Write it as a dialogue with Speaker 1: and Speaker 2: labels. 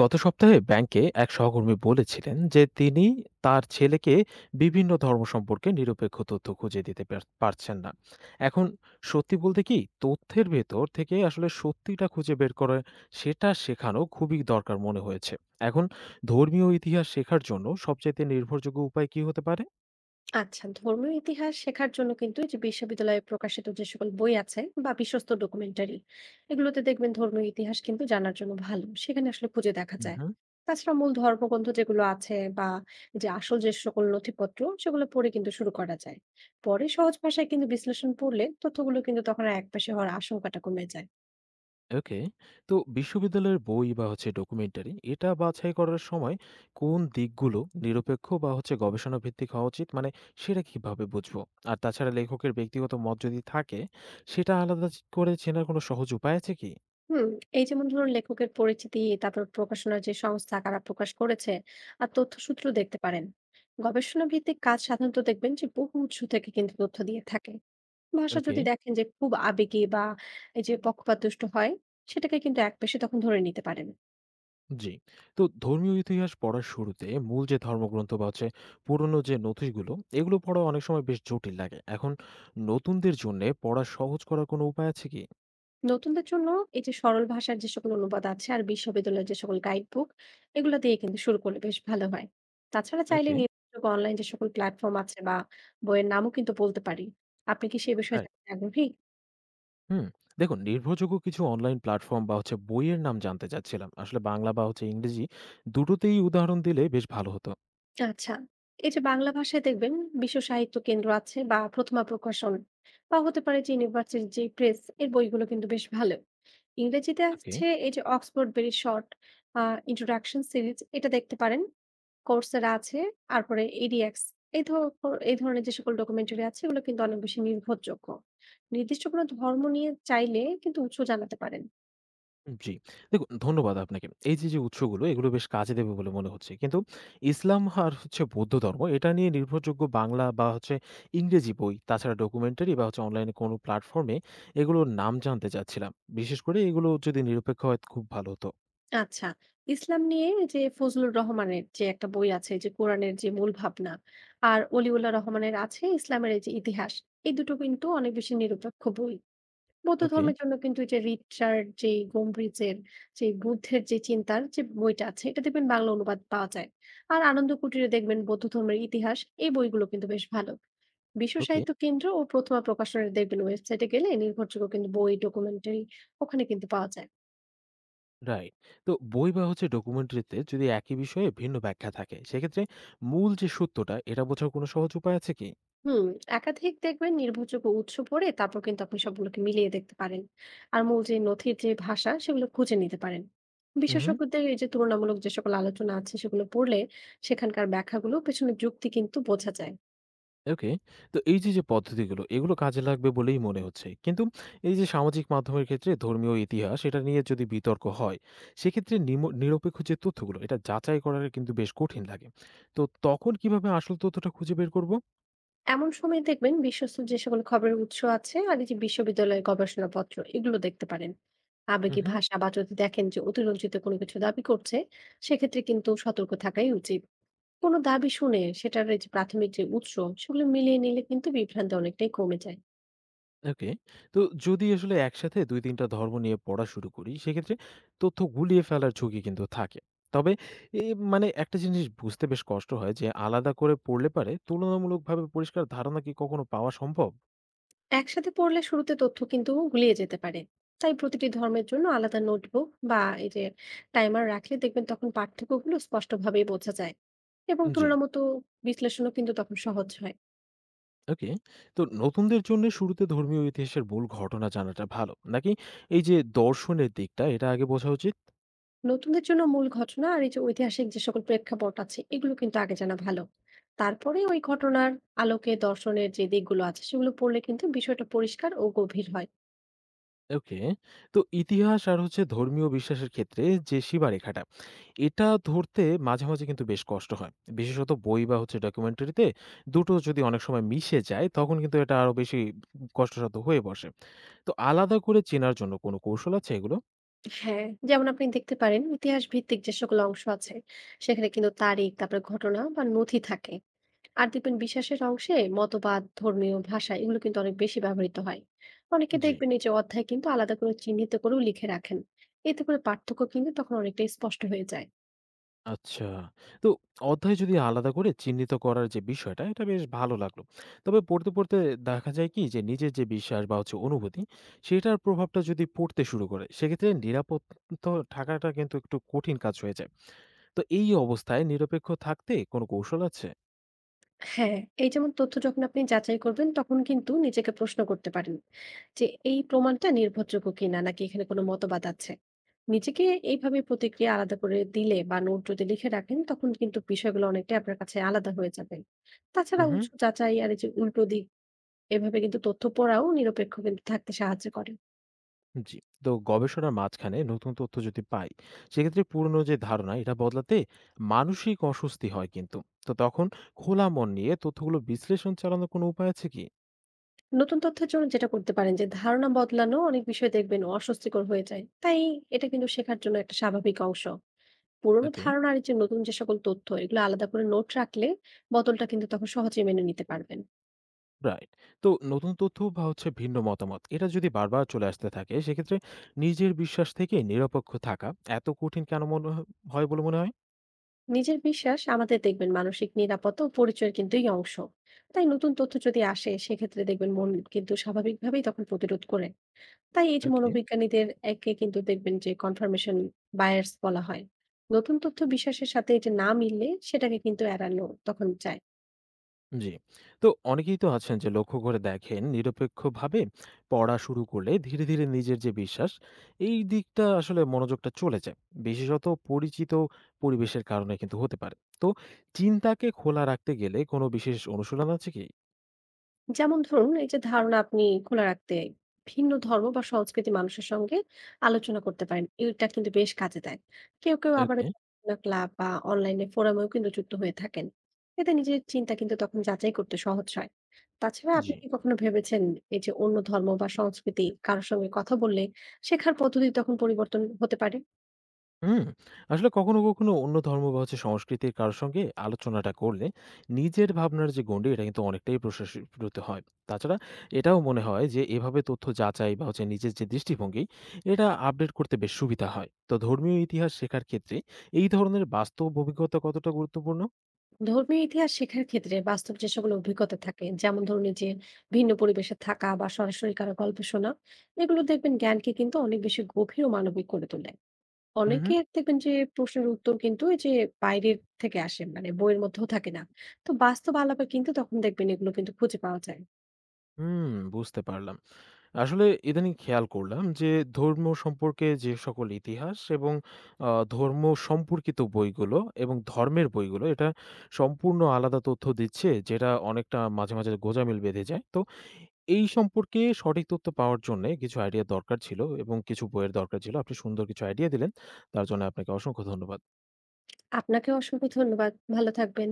Speaker 1: গত সপ্তাহে ব্যাংকে এক সহকর্মী বলেছিলেন যে তিনি তার ছেলেকে বিভিন্ন ধর্ম সম্পর্কে নিরপেক্ষ তথ্য খুঁজে দিতে পারছেন না। এখন সত্যি বলতে কি, তথ্যের ভেতর থেকে আসলে সত্যিটা খুঁজে বের করে সেটা শেখানো খুবই দরকার মনে হয়েছে। এখন ধর্মীয় ইতিহাস শেখার জন্য সবচাইতে নির্ভরযোগ্য উপায় কি হতে পারে?
Speaker 2: আচ্ছা, ধর্মীয় ইতিহাস শেখার জন্য কিন্তু এই যে বিশ্ববিদ্যালয়ে প্রকাশিত যে সকল বই আছে বা বিশ্বস্ত ডকুমেন্টারি, এগুলোতে দেখবেন ধর্মীয় ইতিহাস কিন্তু জানার জন্য ভালো, সেখানে আসলে খুঁজে দেখা যায়। তাছাড়া মূল ধর্মগ্রন্থ যেগুলো আছে বা যে আসল যে সকল নথিপত্র, সেগুলো পড়ে কিন্তু শুরু করা যায়। পরে সহজ ভাষায় কিন্তু বিশ্লেষণ পড়লে তথ্যগুলো কিন্তু তখন আর একপাশে হওয়ার আশঙ্কাটা কমে যায়।
Speaker 1: ওকে। তো বিশ্ববিদ্যালয়ের বই বা হচ্ছে ডকুমেন্টারি এটা বাছাই করার সময় কোন দিকগুলো নিরপেক্ষ বা হচ্ছে গবেষণা ভিত্তিক হওয়া উচিত? মানে সেটা কিভাবে বুঝবো? আর তাছাড়া লেখকের ব্যক্তিগত মত যদি থাকে সেটা আলাদা করে চেনার কোনো সহজ উপায় আছে কি?
Speaker 2: হুম, এই যেমন ধরুন লেখকের পরিচিতি, তারপর প্রকাশনার যে সংস্থা কারা প্রকাশ করেছে আর তথ্যসূত্র দেখতে পারেন। গবেষণা ভিত্তিক কাজ সাধারণত দেখবেন যে বহু উৎস থেকে কিন্তু তথ্য দিয়ে থাকে। ভাষা
Speaker 1: ওকে,
Speaker 2: যদি দেখেন যে খুব আবেগী বা এই যে পক্ষপাতদুষ্ট হয়, সেটাকে কিন্তু একপেশে তখন ধরে নিতে পারেন।
Speaker 1: জি। তো ধর্মীয় ইতিহাস পড়ার শুরুতে মূল যে ধর্মগ্রন্থ বা হচ্ছে পুরনো যে নথিগুলো এগুলো পড়া অনেক সময় বেশ জটিল লাগে। এখন নতুনদের জন্যে পড়া সহজ করার কোনো উপায় আছে কি?
Speaker 2: নতুনদের জন্য এই যে সরল ভাষার যে সকল অনুবাদ আছে আর বিশ্ববিদ্যালয়ের যে সকল গাইড বুক, এগুলো দিয়ে কিন্তু শুরু করলে বেশ ভালো হয়। তাছাড়া চাইলে
Speaker 1: ওকে,
Speaker 2: নির্ভরযোগ্য অনলাইন যে সকল প্ল্যাটফর্ম আছে বা বইয়ের নামও কিন্তু বলতে পারি। আপনি কি সে বিষয়ে
Speaker 1: রাইট।
Speaker 2: জানতে আগ্রহী?
Speaker 1: হুম, দেখুন নির্ভরযোগ্য কিছু অনলাইন প্ল্যাটফর্ম বা হচ্ছে বইয়ের নাম জানতে চাচ্ছিলাম। আসলে বাংলা বা হচ্ছে ইংরেজি দুটোতেই উদাহরণ দিলে বেশ ভালো হতো।
Speaker 2: আচ্ছা, এই যে বাংলা ভাষায় দেখবেন বিশ্ব সাহিত্য কেন্দ্র আছে বা প্রথমা প্রকাশন, বা হতে পারে যে ইউনিভার্সিটির যে প্রেস এর বইগুলো কিন্তু বেশ ভালো। ইংরেজিতে
Speaker 1: ওকে,
Speaker 2: আছে এই যে Oxford very short introduction series, এটা দেখতে পারেন। Coursera আছে, তারপরে edX, এই ধ এই ধরনের যে সকল ডকুমেন্টারি আছে, এগুলো কিন্তু অনেক বেশি নির্ভরযোগ্য। নির্দিষ্ট কোনো ধর্ম নিয়ে চাইলে কিন্তু উৎস জানাতে পারেন।
Speaker 1: জি। দেখুন ধন্যবাদ আপনাকে। এই যে, যে উৎসগুলো এগুলো বেশ কাজে দেবে বলে মনে হচ্ছে। কিন্তু ইসলাম আর হচ্ছে বৌদ্ধ ধর্ম এটা নিয়ে নির্ভরযোগ্য বাংলা বা হচ্ছে ইংরেজি বই, তাছাড়া ডকুমেন্টারি বা হচ্ছে অনলাইনে কোনো প্ল্যাটফর্মে এগুলোর নাম জানতে চাচ্ছিলাম। বিশেষ করে এগুলো যদি নিরপেক্ষ হয় খুব ভালো হতো।
Speaker 2: আচ্ছা, ইসলাম নিয়ে যে ফজলুর রহমানের যে একটা বই আছে যে কোরআনের যে মূল ভাবনা, আর অলিউল্লাহ রহমানের আছে ইসলামের এই যে ইতিহাস, এই দুটো কিন্তু অনেক বেশি নিরপেক্ষ বই। বৌদ্ধ
Speaker 1: ওকে,
Speaker 2: ধর্মের জন্য কিন্তু এই যে রিচার্ড যে গম্ভীরের যে বুদ্ধের যে চিন্তার যে বইটা আছে, এটা দেখবেন বাংলা অনুবাদ পাওয়া যায়। আর আনন্দ কুটিরে দেখবেন বৌদ্ধ ধর্মের ইতিহাস, এই বইগুলো কিন্তু বেশ ভালো। বিশ্ব
Speaker 1: ওকে।
Speaker 2: সাহিত্য কেন্দ্র ও প্রথমা প্রকাশনের দেখবেন ওয়েবসাইটে গেলে নির্ভরযোগ্য কিন্তু বই, ডকুমেন্টারি ওখানে কিন্তু পাওয়া যায়।
Speaker 1: রাইট। তো বই বা হচ্ছে ডকুমেন্টারিতে যদি একই বিষয়ে ভিন্ন ব্যাখ্যা থাকে, সেক্ষেত্রে মূল যে সত্যটা এটা বোঝার কোনো সহজ উপায় আছে কি?
Speaker 2: হুম, একাধিক দেখবেন নির্ভরযোগ্য উৎস পড়ে তারপর কিন্তু আপনি সবগুলোকে মিলিয়ে দেখতে পারেন। আর মূল যে নথির যে ভাষা, সেগুলো খুঁজে নিতে পারেন।
Speaker 1: হুম,
Speaker 2: বিশেষজ্ঞদের এই যে তুলনামূলক যে সকল আলোচনা আছে, সেগুলো পড়লে সেখানকার ব্যাখ্যাগুলো পেছনের যুক্তি কিন্তু বোঝা যায়।
Speaker 1: ওকে। তো এই যে, যে পদ্ধতিগুলো এগুলো কাজে লাগবে বলেই মনে হচ্ছে। কিন্তু এই যে সামাজিক মাধ্যমের ক্ষেত্রে ধর্মীয় ইতিহাস এটা নিয়ে যদি বিতর্ক হয়, সেক্ষেত্রে নিরপেক্ষ যে তথ্যগুলো এটা যাচাই করাটা কিন্তু বেশ কঠিন লাগে। তো তখন কিভাবে আসল তথ্যটা খুঁজে বের করব?
Speaker 2: এমন সময় দেখবেন বিশ্বস্ত যে সকল খবরের উৎস আছে আর এই যে বিশ্ববিদ্যালয়ের গবেষণাপত্র, এগুলো দেখতে পারেন। আবেগী
Speaker 1: হুম,
Speaker 2: ভাষা বা যদি দেখেন যে অতিরঞ্জিত কোনো কিছু দাবি করছে, সেক্ষেত্রে কিন্তু সতর্ক থাকাই উচিত। কোনো দাবি শুনে সেটার এই যে প্রাথমিক যে উৎস, সেগুলো মিলিয়ে নিলে কিন্তু বিভ্রান্তি অনেকটাই কমে যায়।
Speaker 1: ওকে। তো যদি আসলে একসাথে ২-৩ টা ধর্ম নিয়ে পড়া শুরু করি, সেক্ষেত্রে তথ্য গুলিয়ে ফেলার ঝুঁকি কিন্তু থাকে। তবে এ মানে একটা জিনিস বুঝতে বেশ কষ্ট হয় যে আলাদা করে পড়লে পারে তুলনামূলকভাবে পরিষ্কার ধারণা কি কখনো পাওয়া সম্ভব?
Speaker 2: একসাথে পড়লে শুরুতে তথ্য কিন্তু গুলিয়ে যেতে পারে, তাই প্রতিটি ধর্মের জন্য আলাদা নোটবুক বা এই যে টাইমার রাখলে দেখবেন তখন পার্থক্যগুলো স্পষ্টভাবেই বোঝা যায় এবং
Speaker 1: জি,
Speaker 2: তুলনামূলক বিশ্লেষণও কিন্তু তখন সহজ হয়।
Speaker 1: ওকে। তো নতুনদের জন্য শুরুতে ধর্মীয় ইতিহাসের মূল ঘটনা জানাটা ভালো, নাকি এই যে দর্শনের দিকটা এটা আগে বোঝা উচিত?
Speaker 2: নতুনদের জন্য মূল ঘটনা আর এই যে ঐতিহাসিক যে সকল প্রেক্ষাপট আছে, এগুলো কিন্তু আগে জানা ভালো। তারপরে ওই ঘটনার আলোকে দর্শনের যে দিকগুলো আছে, সেগুলো পড়লে কিন্তু বিষয়টা পরিষ্কার ও গভীর হয়।
Speaker 1: ওকে। তো ইতিহাস আর হচ্ছে ধর্মীয় বিশ্বাসের ক্ষেত্রে যে সীমারেখাটা, এটা ধরতে মাঝে, মাঝে কিন্তু বেশ কষ্ট হয়। বিশেষত বই বা হচ্ছে ডকুমেন্টারিতে দুটো যদি অনেক সময় মিশে যায়, তখন কিন্তু এটা আরো বেশি কষ্টসাধ্য হয়ে বসে। তো আলাদা করে চেনার জন্য কোনো কৌশল আছে এগুলো?
Speaker 2: হ্যাঁ, যেমন আপনি দেখতে পারেন ইতিহাস ভিত্তিক যে সকল অংশ আছে, সেখানে কিন্তু তারিখ, তারপরে ঘটনা বা নথি থাকে। আর দেখবেন বিশ্বাসের অংশে মতবাদ, ধর্মীয় ভাষা এগুলো কিন্তু অনেক বেশি ব্যবহৃত হয়। অনেকে
Speaker 1: জি।
Speaker 2: দেখবেন এই যে অধ্যায় কিন্তু আলাদা করে চিহ্নিত করেও লিখে রাখেন। এতে করে পার্থক্য কিন্তু তখন অনেকটা স্পষ্ট হয়ে যায়।
Speaker 1: আচ্ছা। তো অধ্যায় যদি আলাদা করে চিহ্নিত করার যে বিষয়টা, এটা বেশ ভালো লাগলো। তবে পড়তে, পড়তে দেখা যায় কি যে নিজের যে বিশ্বাস বা হচ্ছে অনুভূতি, সেটার প্রভাবটা যদি পড়তে শুরু করে, সেক্ষেত্রে নিরাপদ তো থাকাটা কিন্তু একটু কঠিন কাজ হয়ে যায়। তো এই অবস্থায় নিরপেক্ষ থাকতে কোনো কৌশল আছে?
Speaker 2: হ্যাঁ, এই যেমন তথ্য যখন আপনি যাচাই করবেন, তখন কিন্তু নিজেকে প্রশ্ন করতে পারেন যে এই প্রমাণটা নির্ভরযোগ্য কিনা, নাকি এখানে কোনো মতবাদ আছে। নিজেকে এইভাবে প্রতিক্রিয়া আলাদা করে দিলে বা নোট যদি লিখে রাখেন, তখন কিন্তু বিষয়গুলো অনেকটাই আপনার কাছে আলাদা হয়ে যাবে। তাছাড়া
Speaker 1: উহু।
Speaker 2: উৎস যাচাই আর এই যে উল্টো দিক, এভাবে কিন্তু তথ্য পড়াও নিরপেক্ষ কিন্তু থাকতে সাহায্য করে।
Speaker 1: জি। তো গবেষণার মাঝখানে নতুন তথ্য যদি পাই, সেক্ষেত্রে পুরনো যে ধারণা, এটা বদলাতে মানসিক অস্বস্তি হয় কিন্তু। তো তখন খোলা মন নিয়ে তথ্যগুলো বিশ্লেষণ চালানোর কোনো উপায় আছে কি?
Speaker 2: নতুন তথ্যের জন্য যেটা করতে পারেন, যে ধারণা বদলানো অনেক বিষয় দেখবেন অস্বস্তিকর হয়ে যায়, তাই এটা কিন্তু শেখার জন্য একটা স্বাভাবিক অংশ। পুরোনো
Speaker 1: ওকে।
Speaker 2: ধারণা আর এই যে নতুন যে সকল তথ্য, এগুলো আলাদা করে নোট রাখলে বদলটা কিন্তু তখন সহজে মেনে নিতে পারবেন।
Speaker 1: রাইট। তো নতুন তথ্য বা হচ্ছে ভিন্ন মতামত এটা যদি বারবার চলে আসতে থাকে সেক্ষেত্রে নিজের বিশ্বাস থেকে নিরপেক্ষ থাকা এত কঠিন কেন হয় বলে মনে হয়?
Speaker 2: নিজের বিশ্বাস আমাদের দেখবেন মানসিক নিরাপত্তা ও পরিচয়ের কিন্তু এই অংশ, তাই নতুন তথ্য যদি আসে সেক্ষেত্রে দেখবেন মন কিন্তু স্বাভাবিকভাবেই তখন প্রতিরোধ করে। তাই এই যে
Speaker 1: ওকে,
Speaker 2: মনোবিজ্ঞানীদের, একে কিন্তু দেখবেন যে কনফার্মেশন বায়ার্স বলা হয়। নতুন তথ্য বিশ্বাসের সাথে এটা না মিললে সেটাকে কিন্তু এড়ানো তখন যায়।
Speaker 1: জি। তো অনেকেই তো আছেন যে লক্ষ্য করে দেখেন নিরপেক্ষভাবে পড়া শুরু করলে ধীরে ধীরে নিজের যে বিশ্বাস এই দিকটা আসলে মনোযোগটা চলে যায়, বিশেষত পরিচিত পরিবেশের কারণে কিন্তু হতে পারে। তো চিন্তাকে খোলা রাখতে গেলে কোনো বিশেষ অনুশীলন আছে কি?
Speaker 2: যেমন ধরুন এই যে ধারণা আপনি খোলা রাখতে ভিন্ন ধর্ম বা সংস্কৃতি মানুষের সঙ্গে আলোচনা করতে পারেন, এটা কিন্তু বেশ কাজে দেয়। কেউ কেউ আবার
Speaker 1: ওকে,
Speaker 2: এই আলোচনা ক্লাব বা অনলাইনে ফোরামেও কিন্তু যুক্ত হয়ে থাকেন। এতে নিজের চিন্তা কিন্তু তখন যাচাই করতে সহজ হয়। তাছাড়া
Speaker 1: জি।
Speaker 2: আপনি কি কখনো ভেবেছেন এই যে অন্য ধর্ম বা সংস্কৃতি কারোর সঙ্গে কথা বললে শেখার পদ্ধতি তখন পরিবর্তন হতে পারে?
Speaker 1: হুম, আসলে কখনো, কখনো অন্য ধর্ম বা হচ্ছে সংস্কৃতির কারো সঙ্গে আলোচনাটা করলে নিজের ভাবনার যে গণ্ডি এটা কিন্তু অনেকটাই প্রশাসিত হয়। তাছাড়া এটাও মনে হয় যে এভাবে তথ্য যাচাই বা হচ্ছে নিজের যে দৃষ্টিভঙ্গি এটা আপডেট করতে বেশ সুবিধা হয়। তো ধর্মীয় ইতিহাস শেখার ক্ষেত্রে এই ধরনের বাস্তব অভিজ্ঞতা কতটা গুরুত্বপূর্ণ?
Speaker 2: ধর্মীয় ইতিহাস শেখার ক্ষেত্রে বাস্তব যে সকল অভিজ্ঞতা থাকে, যেমন ধরুন এই যে ভিন্ন পরিবেশে থাকা বা সরাসরি কারো গল্প শোনা, এগুলো দেখবেন জ্ঞানকে কিন্তু অনেক বেশি গভীর ও মানবিক করে তোলে।
Speaker 1: হুম, হুম।
Speaker 2: অনেকে দেখবেন যে প্রশ্নের উত্তর কিন্তু এই যে বাইরের থেকে আসে, মানে বইয়ের মধ্যেও থাকে না। তো বাস্তব আলাপে কিন্তু তখন দেখবেন এগুলো কিন্তু খুঁজে পাওয়া যায়।
Speaker 1: হুম, বুঝতে পারলাম। আসলে ইদানিং খেয়াল করলাম যে ধর্ম সম্পর্কে যে সকল ইতিহাস এবং ধর্ম সম্পর্কিত বইগুলো এবং ধর্মের বইগুলো এটা সম্পূর্ণ আলাদা তথ্য দিচ্ছে, যেটা অনেকটা মাঝে মাঝে গোঁজামিল বেঁধে যায়। তো এই সম্পর্কে সঠিক তথ্য পাওয়ার জন্য কিছু আইডিয়া দরকার ছিল এবং কিছু বইয়ের দরকার ছিল। আপনি সুন্দর কিছু আইডিয়া দিলেন, তার জন্য আপনাকে অসংখ্য ধন্যবাদ।
Speaker 2: আপনাকে অসংখ্য ধন্যবাদ, ভালো থাকবেন।